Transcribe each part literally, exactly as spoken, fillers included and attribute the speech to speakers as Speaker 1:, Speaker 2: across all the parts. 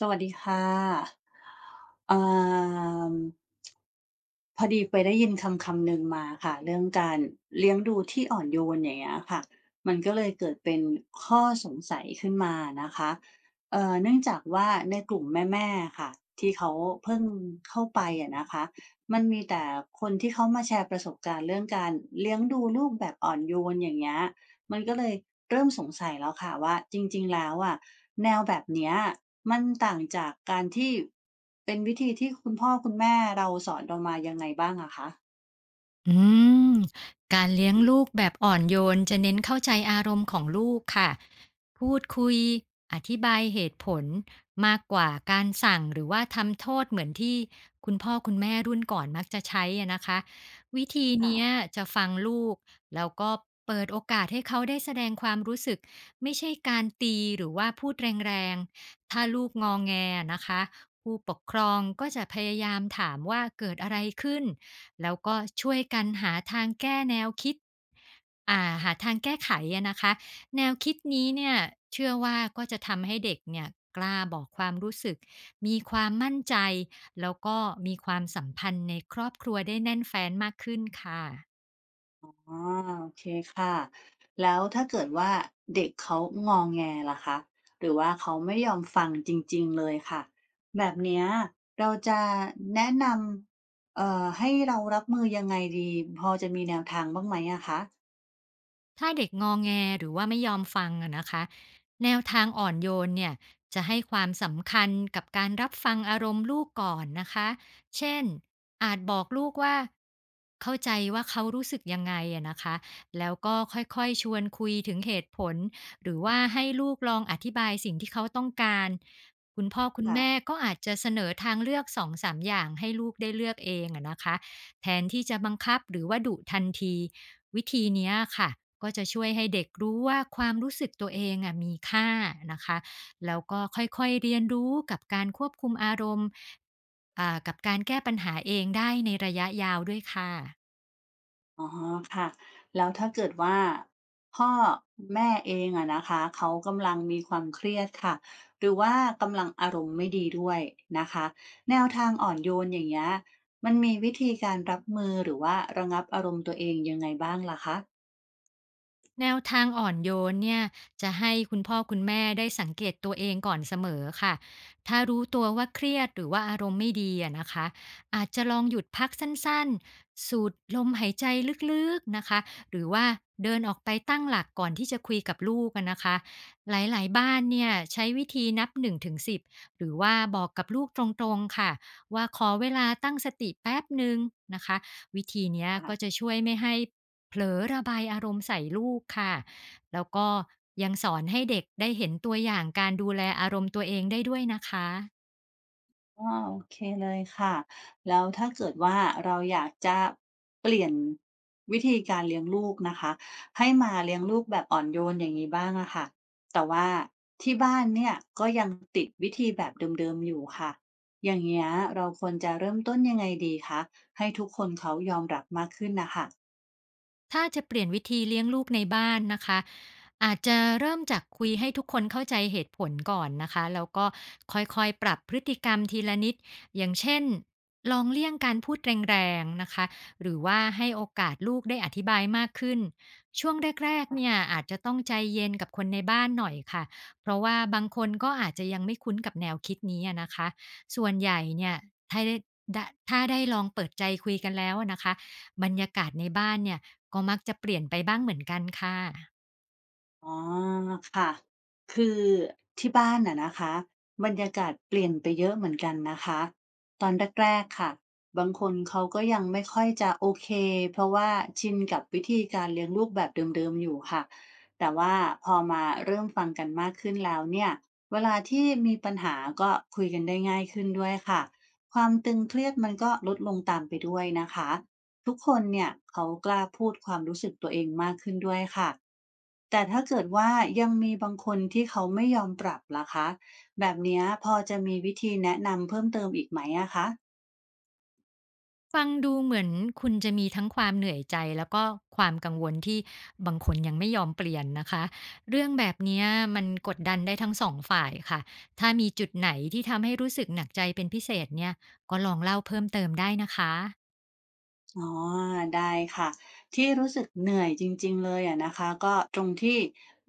Speaker 1: สวัสดีค่ะเอ่อพอดีไปได้ยินคำคำหนึ่งมาค่ะเรื่องการเลี้ยงดูที่อ่อนโยนอย่างเงี้ยค่ะมันก็เลยเกิดเป็นข้อสงสัยขึ้นมานะคะเอ่อเนื่องจากว่าในกลุ่มแม่ๆค่ะที่เขาเพิ่งเข้าไปอะนะคะมันมีแต่คนที่เขามาแชร์ประสบการณ์เรื่องการเลี้ยงดูลูกแบบอ่อนโยนอย่างเงี้ย มันก็เลยเริ่มสงสัยแล้วค่ะว่าจริงๆแล้วอะแนวแบบเนี้ยมันต่างจากการที่เป็นวิธีที่คุณพ่อคุณแม่เราสอนเรามายังไงบ้างอะคะ
Speaker 2: อืมการเลี้ยงลูกแบบอ่อนโยนจะเน้นเข้าใจอารมณ์ของลูกค่ะ พูดคุยอธิบายเหตุผลมากกว่าการสั่งหรือว่าทำโทษเหมือนที่คุณพ่อคุณแม่รุ่นก่อนมักจะใช้อะนะคะวิธีเนี้ย
Speaker 1: ค่ะ
Speaker 2: จะฟังลูกแล้วก็เปิดโอกาสให้เขาได้แสดงความรู้สึกไม่ใช่การตีหรือว่าพูดแรงๆถ้าลูกงองแงนะคะผู้ปกครองก็จะพยายามถามว่าเกิดอะไรขึ้น แล้วก็ช่วยกันหาทางแก้แนวคิดอ่าหาทางแก้ไขอะนะคะแนวคิดนี้เนี่ยเชื่อว่าก็จะทำให้เด็กเนี่ยกล้าบอกความรู้สึกมีความมั่นใจแล้วก็มีความสัมพันธ์ในครอบครัวได้แน่นแฟ้นมากขึ้นค่ะ
Speaker 1: อ๋อโอเคค่ะแล้วถ้าเกิดว่าเด็กเขางอแงล่ะคะหรือว่าเขาไม่ยอมฟังจริงๆเลยค่ะแบบเนี้ยเราจะแนะนำเอ่อให้เรารับมือยังไงดีพอจะมีแนวทางบ้างไหมอะคะ
Speaker 2: ถ้าเด็กงอแงหรือว่าไม่ยอมฟังอะนะคะแนวทางอ่อนโยนเนี่ยจะให้ความสำคัญกับการรับฟังอารมณ์ลูกก่อนนะคะเช่นอาจบอกลูกว่าเข้าใจว่าเขารู้สึกยังไงอะนะคะแล้วก็ค่อยๆชวนคุยถึงเหตุผลหรือว่าให้ลูกลองอธิบายสิ่งที่เขาต้องการคุณพ่อคุณแม่
Speaker 1: ค่ะ
Speaker 2: ก็อาจจะเสนอทางเลือกสองสามอย่างให้ลูกได้เลือกเองอะนะคะแทนที่จะบังคับหรือว่าดุทันที วิธีเนี้ยค่ะก็จะช่วยให้เด็กรู้ว่าความรู้สึกตัวเองอะมีค่านะคะแล้วก็ค่อยๆเรียนรู้กับการควบคุมอารมณ์อ่ากับการแก้ปัญหาเองได้ในระยะยาวด้วยค่ะ
Speaker 1: อ๋อค่ะแล้วถ้าเกิดว่าพ่อแม่เองอะนะคะเขากำลังมีความเครียดค่ะหรือว่ากำลังอารมณ์ไม่ดีด้วยนะคะแนวทางอ่อนโยนอย่างเงี้ยมันมีวิธีการรับมือหรือว่าระงับอารมณ์ตัวเองยังไงบ้างล่ะคะ
Speaker 2: แนวทางอ่อนโยนเนี่ยจะให้คุณพ่อคุณแม่ได้สังเกตตัวเองก่อนเสมอค่ะถ้ารู้ตัวว่าเครียดหรือว่าอารมณ์ไม่ดีอะนะคะอาจจะลองหยุดพักสั้นๆสูดลมหายใจลึกๆนะคะหรือว่าเดินออกไปตั้งหลักก่อนที่จะคุยกับลูกอะนะคะหลายๆบ้านเนี่ยใช้วิธีนับหนึ่งถึงสิบหรือว่าบอกกับลูกตรงๆค่ะว่าขอเวลาตั้งสติแป๊บหนึ่งนะคะวิธีเนี้ยก็จะ
Speaker 1: ะ
Speaker 2: ช่วยไม่ให้ เผลอระบายอารมณ์ใส่ลูกค่ะ แล้วก็ยังสอนให้เด็กได้เห็นตัวอย่างการดูแลอารมณ์ตัวเองได้ด้วยนะคะ
Speaker 1: อ๋อโอเคเลยค่ะแล้วถ้าเกิดว่าเราอยากจะเปลี่ยนวิธีการเลี้ยงลูกนะคะให้มาเลี้ยงลูกแบบอ่อนโยนอย่างงี้บ้างอะค่ะแต่ว่าที่บ้านเนี่ยก็ยังติดวิธีแบบเดิมๆอยู่ค่ะอย่างเงี้ยเราควรจะเริ่มต้นยังไงดีคะให้ทุกคนเขายอมรับมากขึ้นนะคะ
Speaker 2: ถ้าจะเปลี่ยนวิธีเลี้ยงลูกในบ้านนะคะอาจจะเริ่มจากคุยให้ทุกคนเข้าใจเหตุผลก่อนนะคะแล้วก็ค่อยๆปรับพฤติกรรมทีละนิดอย่างเช่นลองเลี่ยงการพูดแรงๆนะคะหรือว่าให้โอกาสลูกได้อธิบายมากขึ้นช่วงแรกๆเนี่ยอาจจะต้องใจเย็นกับคนในบ้านหน่อยค่ะเพราะว่าบางคนก็อาจจะยังไม่คุ้นกับแนวคิดนี้อะนะคะส่วนใหญ่เนี่ยถ้าได้ถ้าได้ลองเปิดใจคุยกันแล้วอะนะคะ บรรยากาศในบ้านเนี่ยก็มักจะเปลี่ยนไปบ้างเหมือนกันค่ะ
Speaker 1: อ๋อค่ะคือที่บ้านน่ะนะคะบรรยากาศเปลี่ยนไปเยอะเหมือนกันนะคะตอนแรกๆค่ะบางคนเขาก็ยังไม่ค่อยจะโอเคเพราะว่าชินกับวิธีการเลี้ยงลูกแบบเดิมๆอยู่ค่ะแต่ว่าพอมาเริ่มฟังกันมากขึ้นแล้วเนี่ยเวลาที่มีปัญหาก็คุยกันได้ง่ายขึ้นด้วยค่ะความตึงเครียดมันก็ลดลงตามไปด้วยนะคะ ทุกคนเนี่ยเขากล้าพูดความรู้สึกตัวเองมากขึ้นด้วยค่ะแต่ถ้าเกิดว่ายังมีบางคนที่เขาไม่ยอมปรับล่ะคะแบบเนี้ยพอจะมีวิธีแนะนำเพิ่มเติมอีกไหมอะคะ
Speaker 2: ฟังดูเหมือนคุณจะมีทั้งความเหนื่อยใจแล้วก็ความกังวลที่บางคนยังไม่ยอมเปลี่ยนนะคะเรื่องแบบเนี้ยมันกดดันได้ทั้งสองฝ่ายค่ะถ้ามีจุดไหนที่ทำให้รู้สึกหนักใจเป็นพิเศษเนี่ยก็ลองเล่าเพิ่มเติมได้นะคะ
Speaker 1: อ๋อได้ค่ะที่รู้สึกเหนื่อยจริงๆเลยอะนะคะก็ตรงที่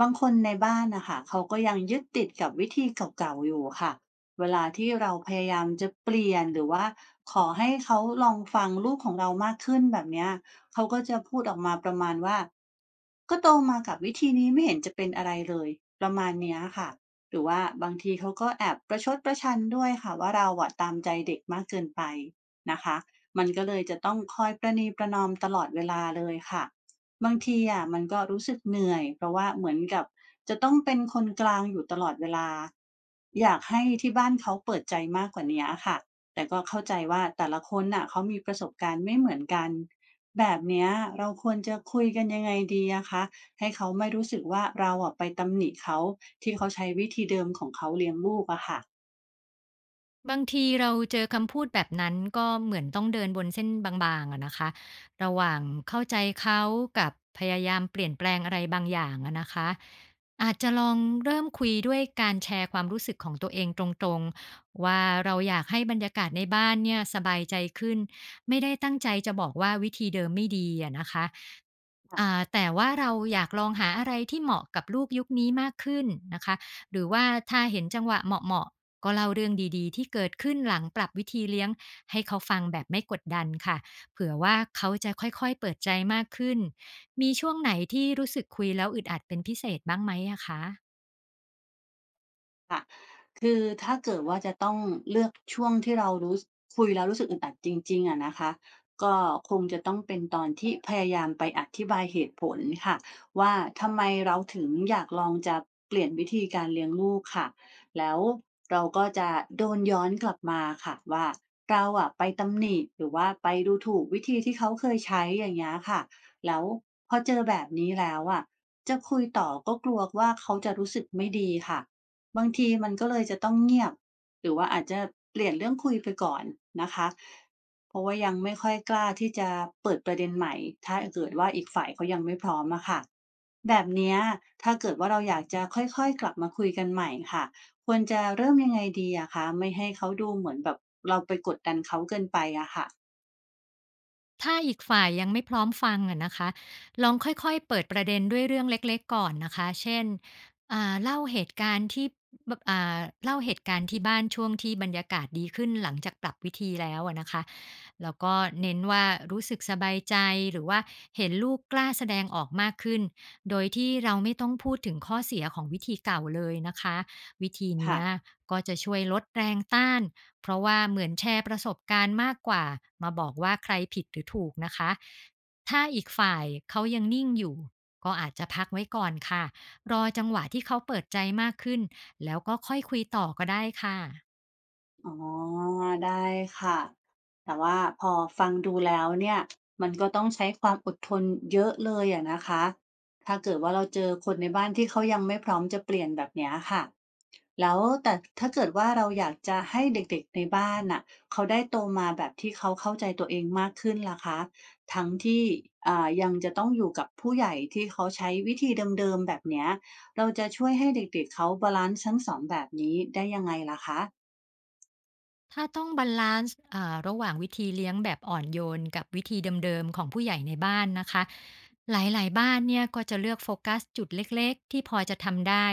Speaker 1: บางคนในบ้านนะคะเขาก็ยังยึดติดกับวิธีเก่าๆอยู่ค่ะเวลาที่เราพยายามจะเปลี่ยนหรือว่าขอให้เขาลองฟังลูกของเรามากขึ้นแบบเนี้ยเขาก็จะพูดออกมาประมาณว่าก็โตมากับวิธีนี้ไม่เห็นจะเป็นอะไรเลยประมาณเนี้ยค่ะหรือว่าบางทีเขาก็แอบประชดประชันด้วยค่ะว่าเราอะตามใจเด็กมากเกินไปนะคะ มันก็เลยจะต้องคอยประนีประนอมตลอดเวลาเลยค่ะบางทีอะมันก็รู้สึกเหนื่อยเพราะว่าเหมือนกับจะต้องเป็นคนกลางอยู่ตลอดเวลาอยากให้ที่บ้านเขาเปิดใจมากกว่านี้อะค่ะแต่ก็เข้าใจว่าแต่ละคนน่ะเขามีประสบการณ์ไม่เหมือนกันแบบเนี้ยเราควรจะคุยกันยังไงดีอะคะให้เขาไม่รู้สึกว่าเราอะไปตำหนิเขาที่เขาใช้วิธีเดิมของเขาเลี้ยงลูกอะ
Speaker 2: บางทีเราเจอคำพูดแบบนั้นก็เหมือนต้องเดินบนเส้นบางๆอะนะคะระหว่างเข้าใจเขากับพยายามเปลี่ยนแปลงอะไรบางอย่างอะนะคะอาจจะลองเริ่มคุยด้วยการแชร์ความรู้สึกของตัวเองตรงๆว่าเราอยากให้บรรยากาศในบ้านเนี่ยสบายใจขึ้นไม่ได้ตั้งใจจะบอกว่าวิธีเดิมไม่ดีอะนะคะ อ่า
Speaker 1: ค่ะ
Speaker 2: แต่ว่าเราอยากลองหาอะไรที่เหมาะกับลูกยุคนี้มากขึ้นนะคะหรือว่าถ้าเห็นจังหวะเหมาะๆก็เล่าเรื่องดีๆที่เกิดขึ้นหลังปรับวิธีเลี้ยงให้เขาฟังแบบไม่กดดันค่ะเผื่อว่าเขาจะค่อยๆเปิดใจมากขึ้นมีช่วงไหนที่รู้สึกคุยแล้วอึดอัดเป็นพิเศษบ้างไหมอะคะ
Speaker 1: คือถ้าเกิดว่าจะต้องเลือกช่วงที่เรารู้สคุยแล้วรู้สึกอึดอัดจริงๆอะนะคะก็คงจะต้องเป็นตอนที่พยายามไปอธิบายเหตุผลค่ะว่าทำไมเราถึงอยากลองจะเปลี่ยนวิธีการเลี้ยงลูกค่ะแล้วเราก็จะโดนย้อนกลับมาค่ะว่าเราอะไปตำหนิหรือว่าไปดูถูกวิธีที่เขาเคยใช้อย่างเงี้ยค่ะแล้วพอเจอแบบนี้แล้วอะจะคุยต่อก็กลัวว่าเขาจะรู้สึกไม่ดีค่ะ บางทีมันก็เลยจะต้องเงียบหรือว่าอาจจะเปลี่ยนเรื่องคุยไปก่อนนะคะเพราะว่ายังไม่ค่อยกล้าที่จะเปิดประเด็นใหม่ถ้าเกิดว่าอีกฝ่ายเขายังไม่พร้อมอะค่ะแบบเนี้ยถ้าเกิดว่าเราอยากจะค่อยๆกลับมาคุยกันใหม่ค่ะควรจะเริ่มยังไงดีอะคะไม่ให้เขาดูเหมือนแบบเราไปกดดันเขาเกินไปอะค่ะ
Speaker 2: ถ้าอีกฝ่ายยังไม่พร้อมฟังอะนะคะลองค่อยๆเปิดประเด็นด้วยเรื่องเล็กๆก่อนนะคะเช่นอ่าเล่าเหตุการณ์ที่แบบอ่าเล่าเหตุการณ์ที่บ้านช่วงที่บรรยากาศดีขึ้นหลังจากปรับวิธีแล้วอะนะคะแล้วก็เน้นว่ารู้สึกสบายใจหรือว่าเห็นลูกกล้าแสดงออกมากขึ้นโดยที่เราไม่ต้องพูดถึงข้อเสียของวิธีเก่าเลยนะคะวิธี
Speaker 1: ค่ะ
Speaker 2: เนี้ยก็จะช่วยลดแรงต้าน เพราะว่าเหมือนแชร์ประสบการณ์มากกว่ามาบอกว่าใครผิดหรือถูกนะคะถ้าอีกฝ่ายเขายังนิ่งอยู่ก็อาจจะพักไว้ก่อนค่ะรอจังหวะที่เขาเปิดใจมากขึ้นแล้วก็ค่อยคุยต่อก็ได้ค่ะ
Speaker 1: อ๋อได้ค่ะแต่ว่าพอฟังดูแล้วเนี่ยมันก็ต้องใช้ความอดทนเยอะเลยอะนะคะถ้าเกิดว่าเราเจอคนในบ้านที่เขายังไม่พร้อมจะเปลี่ยนแบบเนี้ยค่ะแล้วแต่ถ้าเกิดว่าเราอยากจะให้เด็กๆในบ้านน่ะเขาได้โตมาแบบที่เขาเข้าใจตัวเองมากขึ้นล่ะคะทั้งที่อ่ายังจะต้องอยู่กับผู้ใหญ่ที่เขาใช้วิธีเดิมๆแบบเนี้ยเราจะช่วยให้เด็กๆเขาบาลานซ์ทั้งสองแบบนี้ได้ยังไงล่ะคะ
Speaker 2: ถ้าต้องบาลานซ์อ่าระหว่างวิธีเลี้ยงแบบอ่อนโยนกับวิธีเดิมๆของผู้ใหญ่ในบ้านนะคะหลายๆบ้านเนี่ยก็จะเลือกโฟกัสจุดเล็กๆที่พอจะทำได้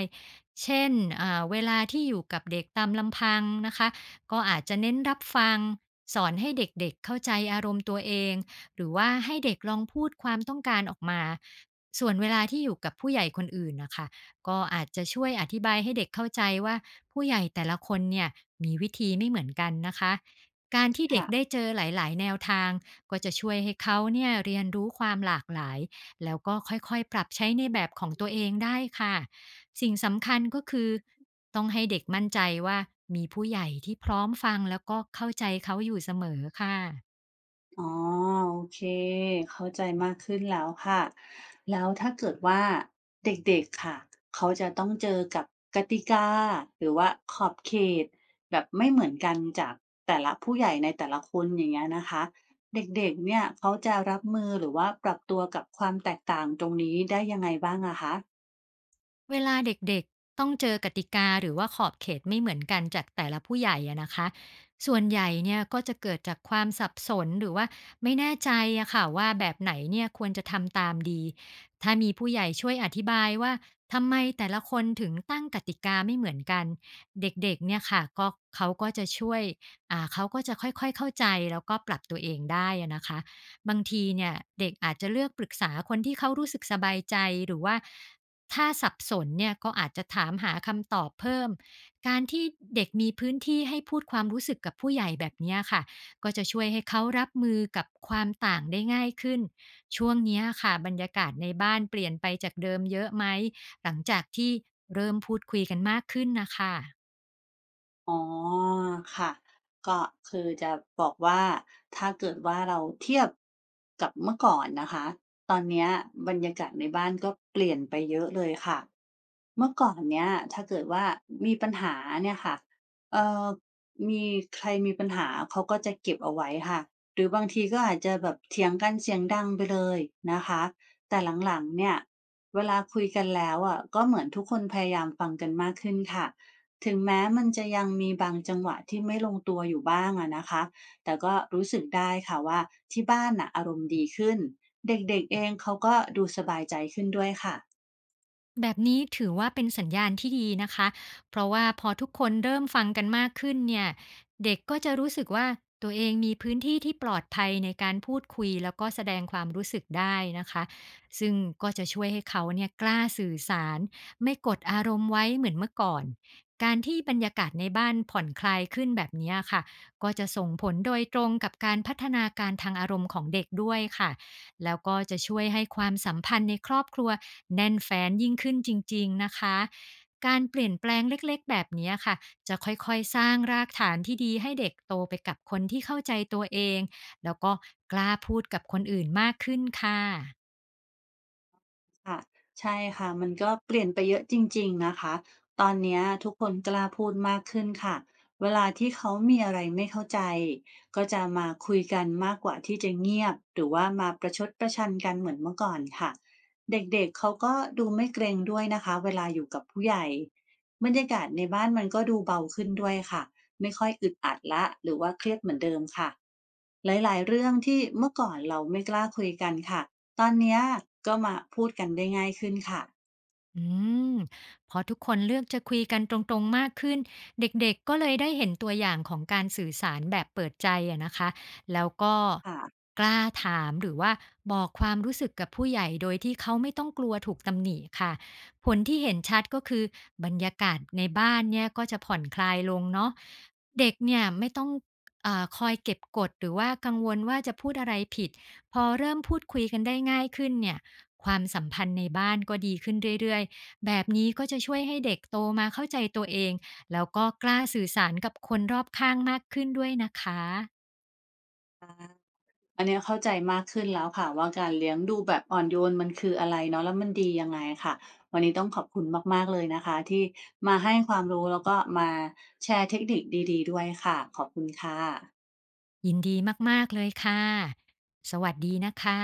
Speaker 2: เช่นอ่าเวลาที่อยู่กับเด็กตามลำพังนะคะก็อาจจะเน้นรับฟังสอนให้เด็กๆเข้าใจอารมณ์ตัวเองหรือว่าให้เด็กลองพูดความต้องการออกมาส่วนเวลาที่อยู่กับผู้ใหญ่คนอื่นนะคะก็อาจจะช่วยอธิบายให้เด็กเข้าใจว่า ผู้ใหญ่แต่ละคนเนี่ยมีวิธีไม่เหมือนกันนะคะการที่เด็ก
Speaker 1: ค่ะ
Speaker 2: ได้เจอหลายๆแนวทางก็จะช่วยให้เขาเนี่ยเรียนรู้ความหลากหลายแล้วก็ค่อยๆปรับใช้ในแบบของตัวเองได้ค่ะสิ่งสำคัญก็คือต้องให้เด็กมั่นใจว่ามีผู้ใหญ่ที่พร้อมฟังแล้วก็เข้าใจเขาอยู่เสมอค่ะ
Speaker 1: อ๋อโอเคเข้าใจมากขึ้นแล้วค่ะแล้วถ้าเกิดว่าเด็กๆค่ะเขาจะต้องเจอกับกติกาหรือว่าขอบเขตแบบไม่เหมือนกันจากแต่ละผู้ใหญ่ในแต่ละคนอย่างเงี้ยนะคะเด็กๆเนี่ยเขาจะรับมือหรือว่าปรับตัวกับความแตกต่างตรงนี้ได้ยังไงบ้างอะคะ
Speaker 2: เวลาเด็กๆต้องเจอกติกาหรือว่าขอบเขตไม่เหมือนกันจากแต่ละผู้ใหญ่อะนะคะส่วนใหญ่เนี่ยก็จะเกิดจากความสับสนหรือว่าไม่แน่ใจอะค่ะว่าแบบไหนเนี่ยควรจะทำตามดีถ้ามีผู้ใหญ่ช่วยอธิบายว่าทำไมแต่ละคนถึงตั้งกติกาไม่เหมือนกันเด็กๆเนี่ยค่ะก็เขาก็จะช่วยอ่าเขาก็จะค่อยๆเข้าใจแล้วก็ปรับตัวเองได้อะนะคะบางทีเนี่ยเด็กอาจจะเลือกปรึกษาคนที่เขารู้สึกสบายใจหรือว่า ถ้าสับสนเนี่ยก็อาจจะถามหาคำตอบเพิ่ม การที่เด็กมีพื้นที่ให้พูดความรู้สึกกับผู้ใหญ่แบบเนี้ยค่ะก็จะช่วยให้เขารับมือกับความต่างได้ง่ายขึ้น ช่วงเนี้ยค่ะบรรยากาศในบ้านเปลี่ยนไปจากเดิมเยอะไหมหลังจากที่เริ่มพูดคุยกันมากขึ้นนะคะ
Speaker 1: อ๋อค่ะก็คือจะบอกว่าถ้าเกิดว่าเราเทียบกับเมื่อก่อนนะคะตอนเนี้ยบรรยากาศในบ้านก็เปลี่ยนไปเยอะเลยค่ะเมื่อก่อนเนี้ยถ้าเกิดว่ามีปัญหาเนี่ยค่ะเอ่อมีใครมีปัญหาเขาก็จะเก็บเอาไว้ค่ะหรือบางทีก็อาจจะแบบเถียงกันเสียงดังไปเลยนะคะแต่หลังๆเนี่ยเวลาคุยกันแล้วอะก็เหมือนทุกคนพยายามฟังกันมากขึ้นค่ะ ถึงแม้มันจะยังมีบางจังหวะที่ไม่ลงตัวอยู่บ้างอะนะคะ แต่ก็รู้สึกได้ค่ะว่าที่บ้านน่ะอารมณ์ดีขึ้น เด็กๆเองเขาก็ดูสบายใจขึ้นด้วยค่ะ
Speaker 2: แบบนี้ถือว่าเป็นสัญญาณที่ดีนะคะ เพราะว่าพอทุกคนเริ่มฟังกันมากขึ้นเนี่ยเด็กก็จะรู้สึกว่าตัวเองมีพื้นที่ที่ปลอดภัยในการพูดคุยแล้วก็แสดงความรู้สึกได้นะคะซึ่งก็จะช่วยให้เขาเนี่ยกล้าสื่อสารไม่กดอารมณ์ไว้เหมือนเมื่อก่อนการที่บรรยากาศในบ้านผ่อนคลายขึ้นแบบเนี้ยค่ะก็จะส่งผลโดยตรงกับการพัฒนาการทางอารมณ์ของเด็กด้วยค่ะ แล้วก็จะช่วยให้ความสัมพันธ์ในครอบครัวแน่นแฟ้นยิ่งขึ้นจริงๆนะคะ การเปลี่ยนแปลงเล็กๆแบบนี้ค่ะจะค่อยๆสร้างรากฐานที่ดีให้เด็กโตไปกับคนที่เข้าใจตัวเองแล้วก็กล้าพูดกับคนอื่นมากขึ้นค่ะ
Speaker 1: ค่ะใช่ค่ะมันก็เปลี่ยนไปเยอะจริงๆนะคะตอนเนี้ยทุกคนกล้าพูดมากขึ้นค่ะเวลาที่เขามีอะไรไม่เข้าใจก็จะมาคุยกันมากกว่าที่จะเงียบหรือว่ามาประชดประชันกันเหมือนเมื่อก่อนค่ะเด็กๆเขาก็ดูไม่เกรงด้วยนะคะเวลาอยู่กับผู้ใหญ่บรรยากาศในบ้านมันก็ดูเบาขึ้นด้วยค่ะไม่ค่อยอึดอัดละหรือว่าเครียดเหมือนเดิมค่ะหลายๆเรื่องที่เมื่อก่อนเราไม่กล้าคุยกันค่ะ ตอนเนี้ยก็มาพูดกันได้ง่ายขึ้นค่ะ
Speaker 2: อืมพอทุกคนเลือกจะคุยกันตรงๆ มากขึ้น เด็กๆ ก็เลยได้เห็นตัวอย่างของการสื่อสารแบบเปิดใจอะนะคะ แล้วก็
Speaker 1: ค่ะ
Speaker 2: กล้าถามหรือว่าบอกความรู้สึกกับผู้ใหญ่โดยที่เขาไม่ต้องกลัวถูกตำหนิค่ะ ผลที่เห็นชัดก็คือบรรยากาศในบ้านเนี่ยก็จะผ่อนคลายลงเนาะเด็กเนี่ยไม่ต้องเออคอยเก็บกดหรือว่ากังวลว่าจะพูดอะไรผิดพอเริ่มพูดคุยกันได้ง่ายขึ้นเนี่ย ความสัมพันธ์ในบ้านก็ดีขึ้นเรื่อยๆ แบบนี้ก็จะช่วยให้เด็กโตมาเข้าใจตัวเองแล้วก็กล้าสื่อสารกับคนรอบข้างมากขึ้นด้วยนะคะ
Speaker 1: อันเนี้ยเข้าใจมากขึ้นแล้วค่ะว่าการเลี้ยงดูแบบอ่อนโยนมันคืออะไรเนาะแล้วมันดียังไงค่ะ วันนี้ต้องขอบคุณมากๆเลยนะคะที่มาให้ความรู้แล้วก็มาแชร์เทคนิคดีๆด้วยค่ะขอบคุณค่ะ
Speaker 2: ยินดีมากๆเลยค่ะ สวัสดีนะคะ